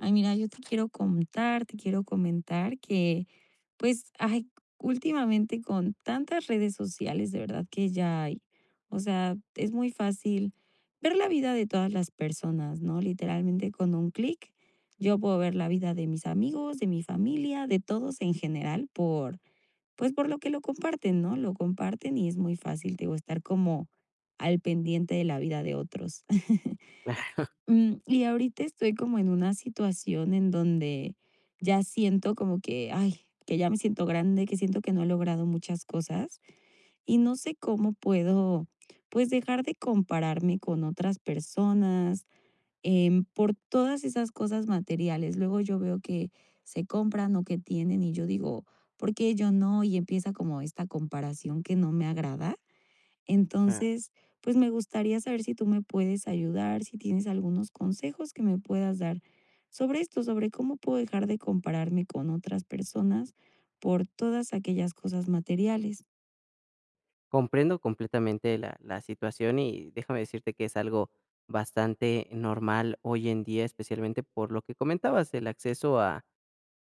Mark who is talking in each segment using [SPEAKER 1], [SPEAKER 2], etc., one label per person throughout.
[SPEAKER 1] Ay, mira, yo te quiero contar, te quiero comentar que, pues, ay, últimamente con tantas redes sociales, de verdad que ya hay, o sea, es muy fácil ver la vida de todas las personas, ¿no? Literalmente con un clic, yo puedo ver la vida de mis amigos, de mi familia, de todos en general, pues, por lo que lo comparten, ¿no? Lo comparten y es muy fácil, te digo, estar como al pendiente de la vida de otros. Y ahorita estoy como en una situación en donde ya siento como que, ay, que ya me siento grande, que siento que no he logrado muchas cosas y no sé cómo puedo, pues, dejar de compararme con otras personas, por todas esas cosas materiales. Luego yo veo que se compran o que tienen y yo digo, ¿por qué yo no? Y empieza como esta comparación que no me agrada
[SPEAKER 2] Ajá.
[SPEAKER 1] entonces, pues me gustaría saber si tú me puedes ayudar, si tienes algunos consejos que me puedas dar sobre esto, sobre cómo puedo dejar de compararme con otras personas por todas aquellas cosas materiales.
[SPEAKER 2] Comprendo completamente la situación y déjame decirte que es algo bastante normal hoy en día, especialmente por lo que comentabas, el acceso a,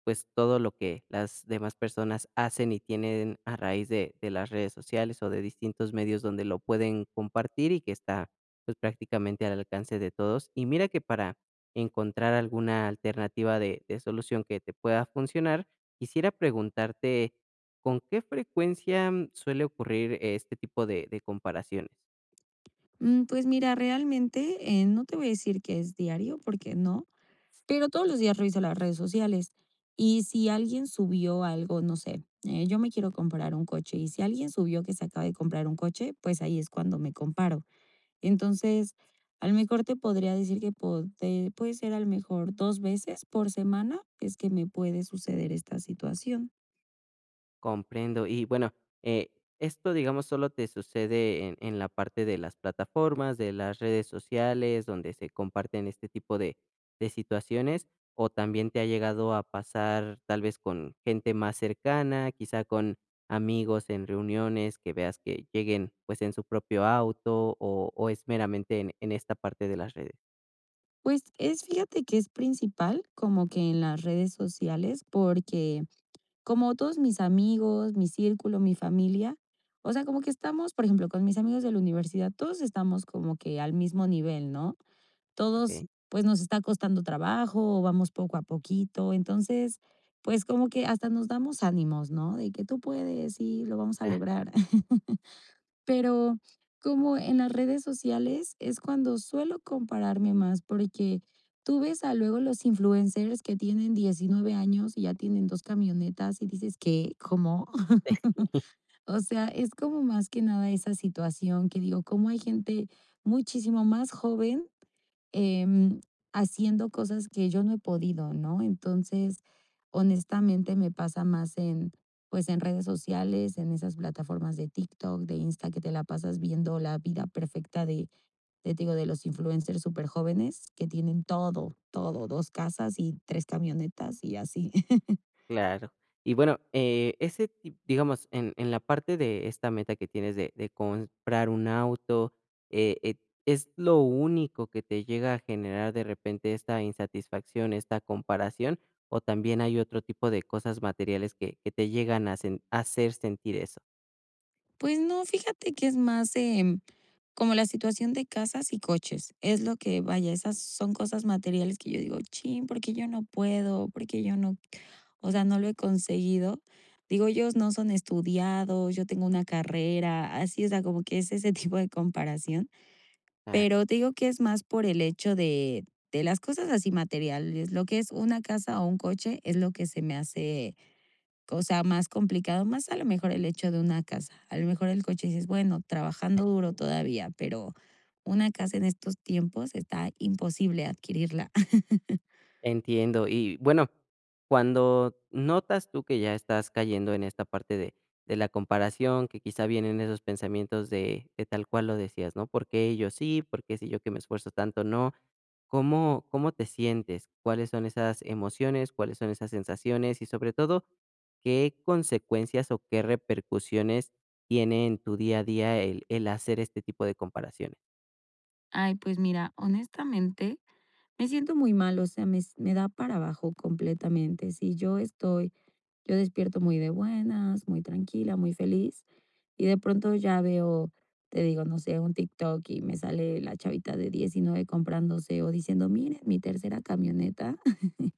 [SPEAKER 2] pues, todo lo que las demás personas hacen y tienen a raíz de las redes sociales o de distintos medios donde lo pueden compartir y que está, pues, prácticamente al alcance de todos. Y mira que para encontrar alguna alternativa de solución que te pueda funcionar, quisiera preguntarte, ¿con qué frecuencia suele ocurrir este tipo de comparaciones?
[SPEAKER 1] Pues mira, realmente no te voy a decir que es diario, porque no, pero todos los días reviso las redes sociales y si alguien subió algo, no sé, yo me quiero comprar un coche y si alguien subió que se acaba de comprar un coche, pues ahí es cuando me comparo. Entonces, a lo mejor te podría decir que puede ser a lo mejor dos veces por semana es que me puede suceder esta situación.
[SPEAKER 2] Comprendo. Y bueno, eh, esto, digamos, solo te sucede en la parte de las plataformas, de las redes sociales, donde se comparten este tipo de situaciones, o también te ha llegado a pasar tal vez con gente más cercana, quizá con amigos en reuniones, que veas que lleguen pues en su propio auto, o es meramente en esta parte de las redes.
[SPEAKER 1] Pues es, fíjate que es principal como que en las redes sociales, porque como todos mis amigos, mi círculo, mi familia, o sea, como que estamos, por ejemplo, con mis amigos de la universidad, todos estamos como que al mismo nivel, ¿no? Todos,
[SPEAKER 2] Ok.
[SPEAKER 1] pues, nos está costando trabajo o vamos poco a poquito. Entonces, pues, como que hasta nos damos ánimos, ¿no? De que tú puedes y lo vamos a lograr. Pero como en las redes sociales es cuando suelo compararme más porque tú ves a luego los influencers que tienen 19 años y ya tienen dos camionetas y dices, ¿qué? ¿Cómo? O sea, es como más que nada esa situación que digo, cómo hay gente muchísimo más joven em, haciendo cosas que yo no he podido, ¿no? Entonces, honestamente me pasa más pues en redes sociales, en esas plataformas de TikTok, de Insta, que te la pasas viendo la vida perfecta de, te digo, de los influencers súper jóvenes que tienen todo, todo, dos casas y tres camionetas y así.
[SPEAKER 2] Claro. Y bueno, digamos, en la parte de esta meta que tienes de comprar un auto, eh, eh, ¿es lo único que te llega a generar de repente esta insatisfacción, esta comparación? ¿O también hay otro tipo de cosas materiales que te llegan a a hacer sentir eso?
[SPEAKER 1] Pues no, fíjate que es más, como la situación de casas y coches, es lo que vaya, esas son cosas materiales que yo digo: "Chin, ¿porque yo no puedo? ¿porque yo no?". O sea, no lo he conseguido. Digo, ellos no son estudiados, yo tengo una carrera, así, o sea, como que es ese tipo de comparación, pero te digo que es más por el hecho de las cosas así materiales, lo que es una casa o un coche es lo que se me hace, o sea, más complicado, más a lo mejor el hecho de una casa. A lo mejor el coche dices, bueno, trabajando duro todavía, pero una casa en estos tiempos está imposible adquirirla.
[SPEAKER 2] Entiendo. Y bueno, cuando notas tú que ya estás cayendo en esta parte de la comparación, que quizá vienen esos pensamientos de tal cual lo decías, ¿no? ¿Por qué ellos sí? ¿Por qué si yo que me esfuerzo tanto no? ¿Cómo, cómo te sientes? ¿Cuáles son esas emociones? ¿Cuáles son esas sensaciones? Y sobre todo, ¿qué consecuencias o qué repercusiones tiene en tu día a día el hacer este tipo de comparaciones?
[SPEAKER 1] Ay, pues mira, honestamente, me siento muy mal, o sea, me da para abajo completamente. Si yo estoy, Yo despierto muy de buenas, muy tranquila, muy feliz, y de pronto ya veo, te digo, no sé, un TikTok y me sale la chavita de 19 comprándose o diciendo, miren, mi tercera camioneta.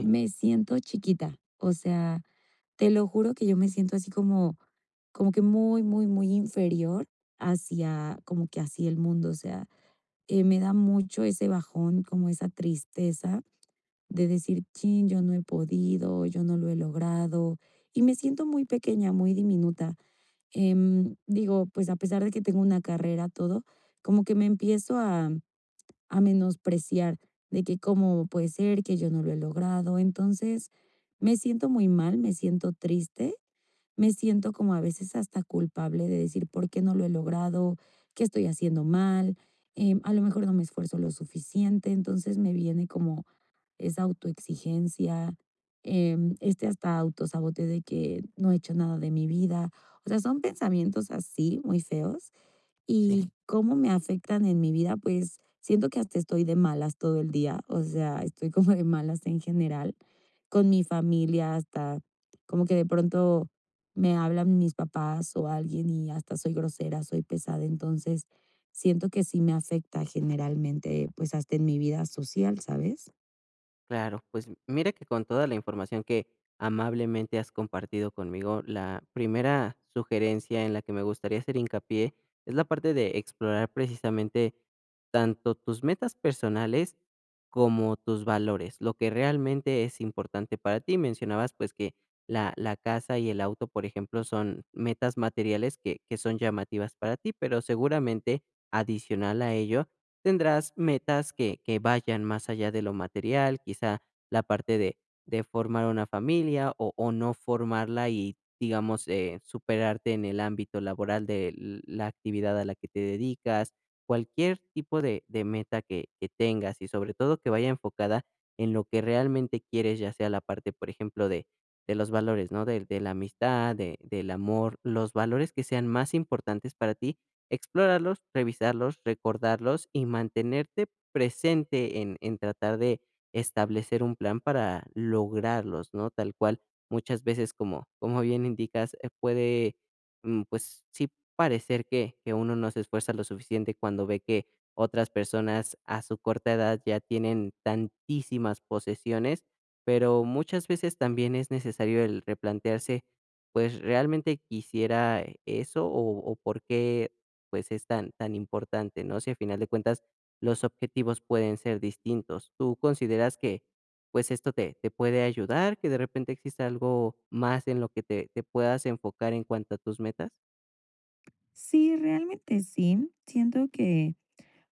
[SPEAKER 1] Me siento chiquita. O sea, te lo juro que yo me siento así como que muy, muy, muy inferior hacia, como que hacia el mundo. O sea, me da mucho ese bajón, como esa tristeza de decir, chin, yo no he podido, yo no lo he logrado. Y me siento muy pequeña, muy diminuta. Digo, pues a pesar de que tengo una carrera, todo, como que me empiezo a menospreciar de que cómo puede ser que yo no lo he logrado. Entonces, me siento muy mal, me siento triste, me siento como a veces hasta culpable de decir por qué no lo he logrado, qué estoy haciendo mal, a lo mejor no me esfuerzo lo suficiente, entonces me viene como esa autoexigencia, este hasta autosabote de que no he hecho nada de mi vida. O sea, son pensamientos así, muy feos,
[SPEAKER 2] Sí.
[SPEAKER 1] y cómo me afectan en mi vida, pues siento que hasta estoy de malas todo el día, o sea, estoy como de malas en general, con mi familia, hasta como que de pronto me hablan mis papás o alguien y hasta soy grosera, soy pesada, entonces siento que sí me afecta generalmente, pues hasta en mi vida social, ¿sabes?
[SPEAKER 2] Claro, pues mira que con toda la información que amablemente has compartido conmigo, la primera sugerencia en la que me gustaría hacer hincapié es la parte de explorar precisamente tanto tus metas personales como tus valores, lo que realmente es importante para ti. Mencionabas pues que la casa y el auto, por ejemplo, son metas materiales que son llamativas para ti, pero seguramente adicional a ello tendrás metas que vayan más allá de lo material, quizá la parte de formar una familia o no formarla y, digamos, superarte en el ámbito laboral de la actividad a la que te dedicas, cualquier tipo de meta que tengas y sobre todo que vaya enfocada en lo que realmente quieres, ya sea la parte, por ejemplo, de los valores, ¿no? De la amistad, de del amor, los valores que sean más importantes para ti, explorarlos, revisarlos, recordarlos y mantenerte presente en tratar de establecer un plan para lograrlos, ¿no? Tal cual, muchas veces, como bien indicas, puede, pues sí parecer que uno no se esfuerza lo suficiente cuando ve que otras personas a su corta edad ya tienen tantísimas posesiones, pero muchas veces también es necesario el replantearse, pues, ¿realmente quisiera eso o por qué, pues, es tan importante, no? Si a final de cuentas los objetivos pueden ser distintos. ¿Tú consideras que, pues, esto te puede ayudar, que de repente exista algo más en lo que te puedas enfocar en cuanto a tus metas?
[SPEAKER 1] Sí, realmente sí. Siento que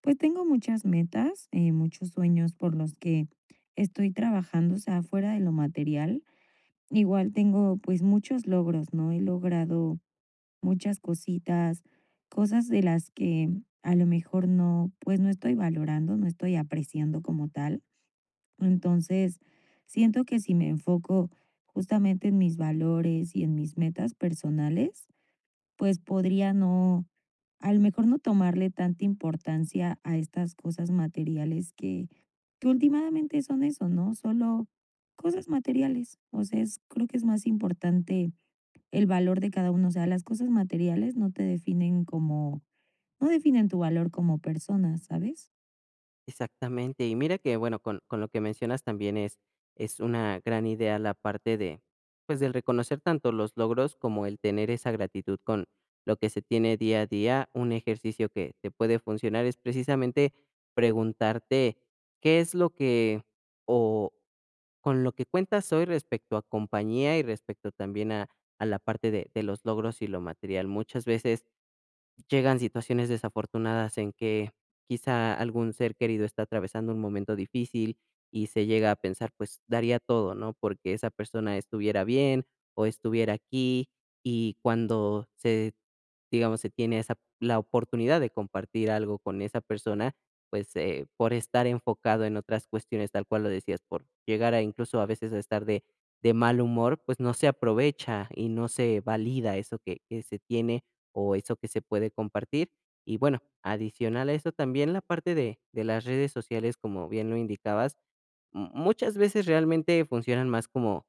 [SPEAKER 1] pues tengo muchas metas, muchos sueños por los que estoy trabajando, o sea, fuera de lo material. Igual tengo, pues, muchos logros, ¿no? He logrado muchas cositas, cosas de las que a lo mejor no, pues, no estoy valorando, no estoy apreciando como tal. Entonces, siento que si me enfoco justamente en mis valores y en mis metas personales, pues podría no, a lo mejor no tomarle tanta importancia a estas cosas materiales que últimamente son eso, ¿no? Solo cosas materiales. O sea, creo que es más importante el valor de cada uno. O sea, las cosas materiales no te definen como, no definen tu valor como persona, ¿sabes?
[SPEAKER 2] Exactamente. Y mira que, bueno, con lo que mencionas también es una gran idea la parte de, pues, del reconocer tanto los logros como el tener esa gratitud con lo que se tiene día a día. Un ejercicio que te puede funcionar es precisamente preguntarte qué es lo que o con lo que cuentas hoy respecto a compañía y respecto también a la parte de los logros y lo material. Muchas veces llegan situaciones desafortunadas en que quizá algún ser querido está atravesando un momento difícil y se llega a pensar, pues daría todo, ¿no? Porque esa persona estuviera bien o estuviera aquí y cuando se, digamos, se tiene esa, la oportunidad de compartir algo con esa persona, pues por estar enfocado en otras cuestiones, tal cual lo decías, por llegar a incluso a veces a estar de mal humor, pues no se aprovecha y no se valida eso que se tiene o eso que se puede compartir. Y bueno, adicional a eso también la parte de las redes sociales, como bien lo indicabas, M muchas veces realmente funcionan más como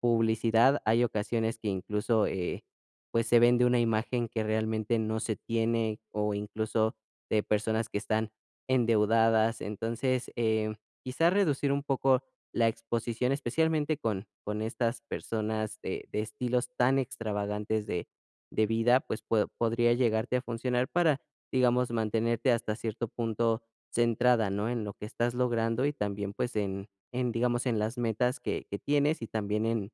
[SPEAKER 2] publicidad. Hay ocasiones que incluso, pues, se vende una imagen que realmente no se tiene, o incluso de personas que están endeudadas. Entonces, quizá reducir un poco la exposición, especialmente con estas personas de estilos tan extravagantes de vida, pues, po podría llegarte a funcionar para, digamos, mantenerte hasta cierto punto centrada, ¿no? En lo que estás logrando y también, pues, en, digamos, en las metas que tienes y también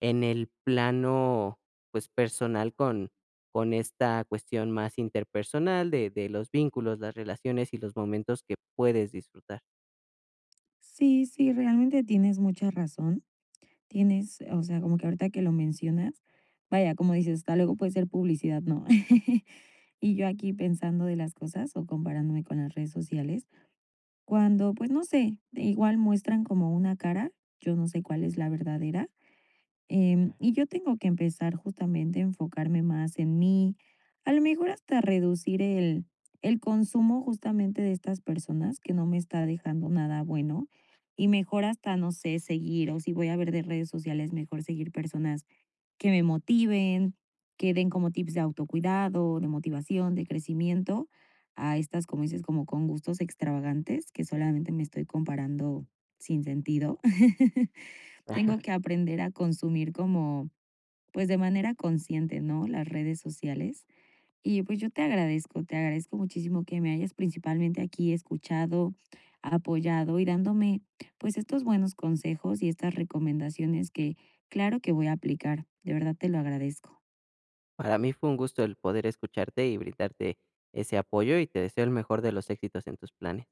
[SPEAKER 2] en el plano, pues, personal con esta cuestión más interpersonal de los vínculos, las relaciones y los momentos que puedes disfrutar.
[SPEAKER 1] Sí, sí, realmente tienes mucha razón. Tienes, o sea, como que ahorita que lo mencionas, vaya, como dices, hasta luego puede ser publicidad, ¿no? Y yo aquí pensando de las cosas o comparándome con las redes sociales, cuando, pues no sé, igual muestran como una cara, yo no sé cuál es la verdadera, y yo tengo que empezar justamente a enfocarme más en mí, a lo mejor hasta reducir el consumo justamente de estas personas que no me está dejando nada bueno, y mejor hasta, no sé, seguir, o si voy a ver de redes sociales, mejor seguir personas que me motiven, que den como tips de autocuidado, de motivación, de crecimiento, a estas, como dices, como con gustos extravagantes, que solamente me estoy comparando sin sentido. Tengo que aprender a consumir como, pues de manera consciente, ¿no? Las redes sociales. Y pues yo te agradezco muchísimo que me hayas principalmente aquí escuchado, apoyado y dándome pues estos buenos consejos y estas recomendaciones que claro que voy a aplicar. De verdad te lo agradezco.
[SPEAKER 2] Para mí fue un gusto el poder escucharte y brindarte ese apoyo, y te deseo el mejor de los éxitos en tus planes.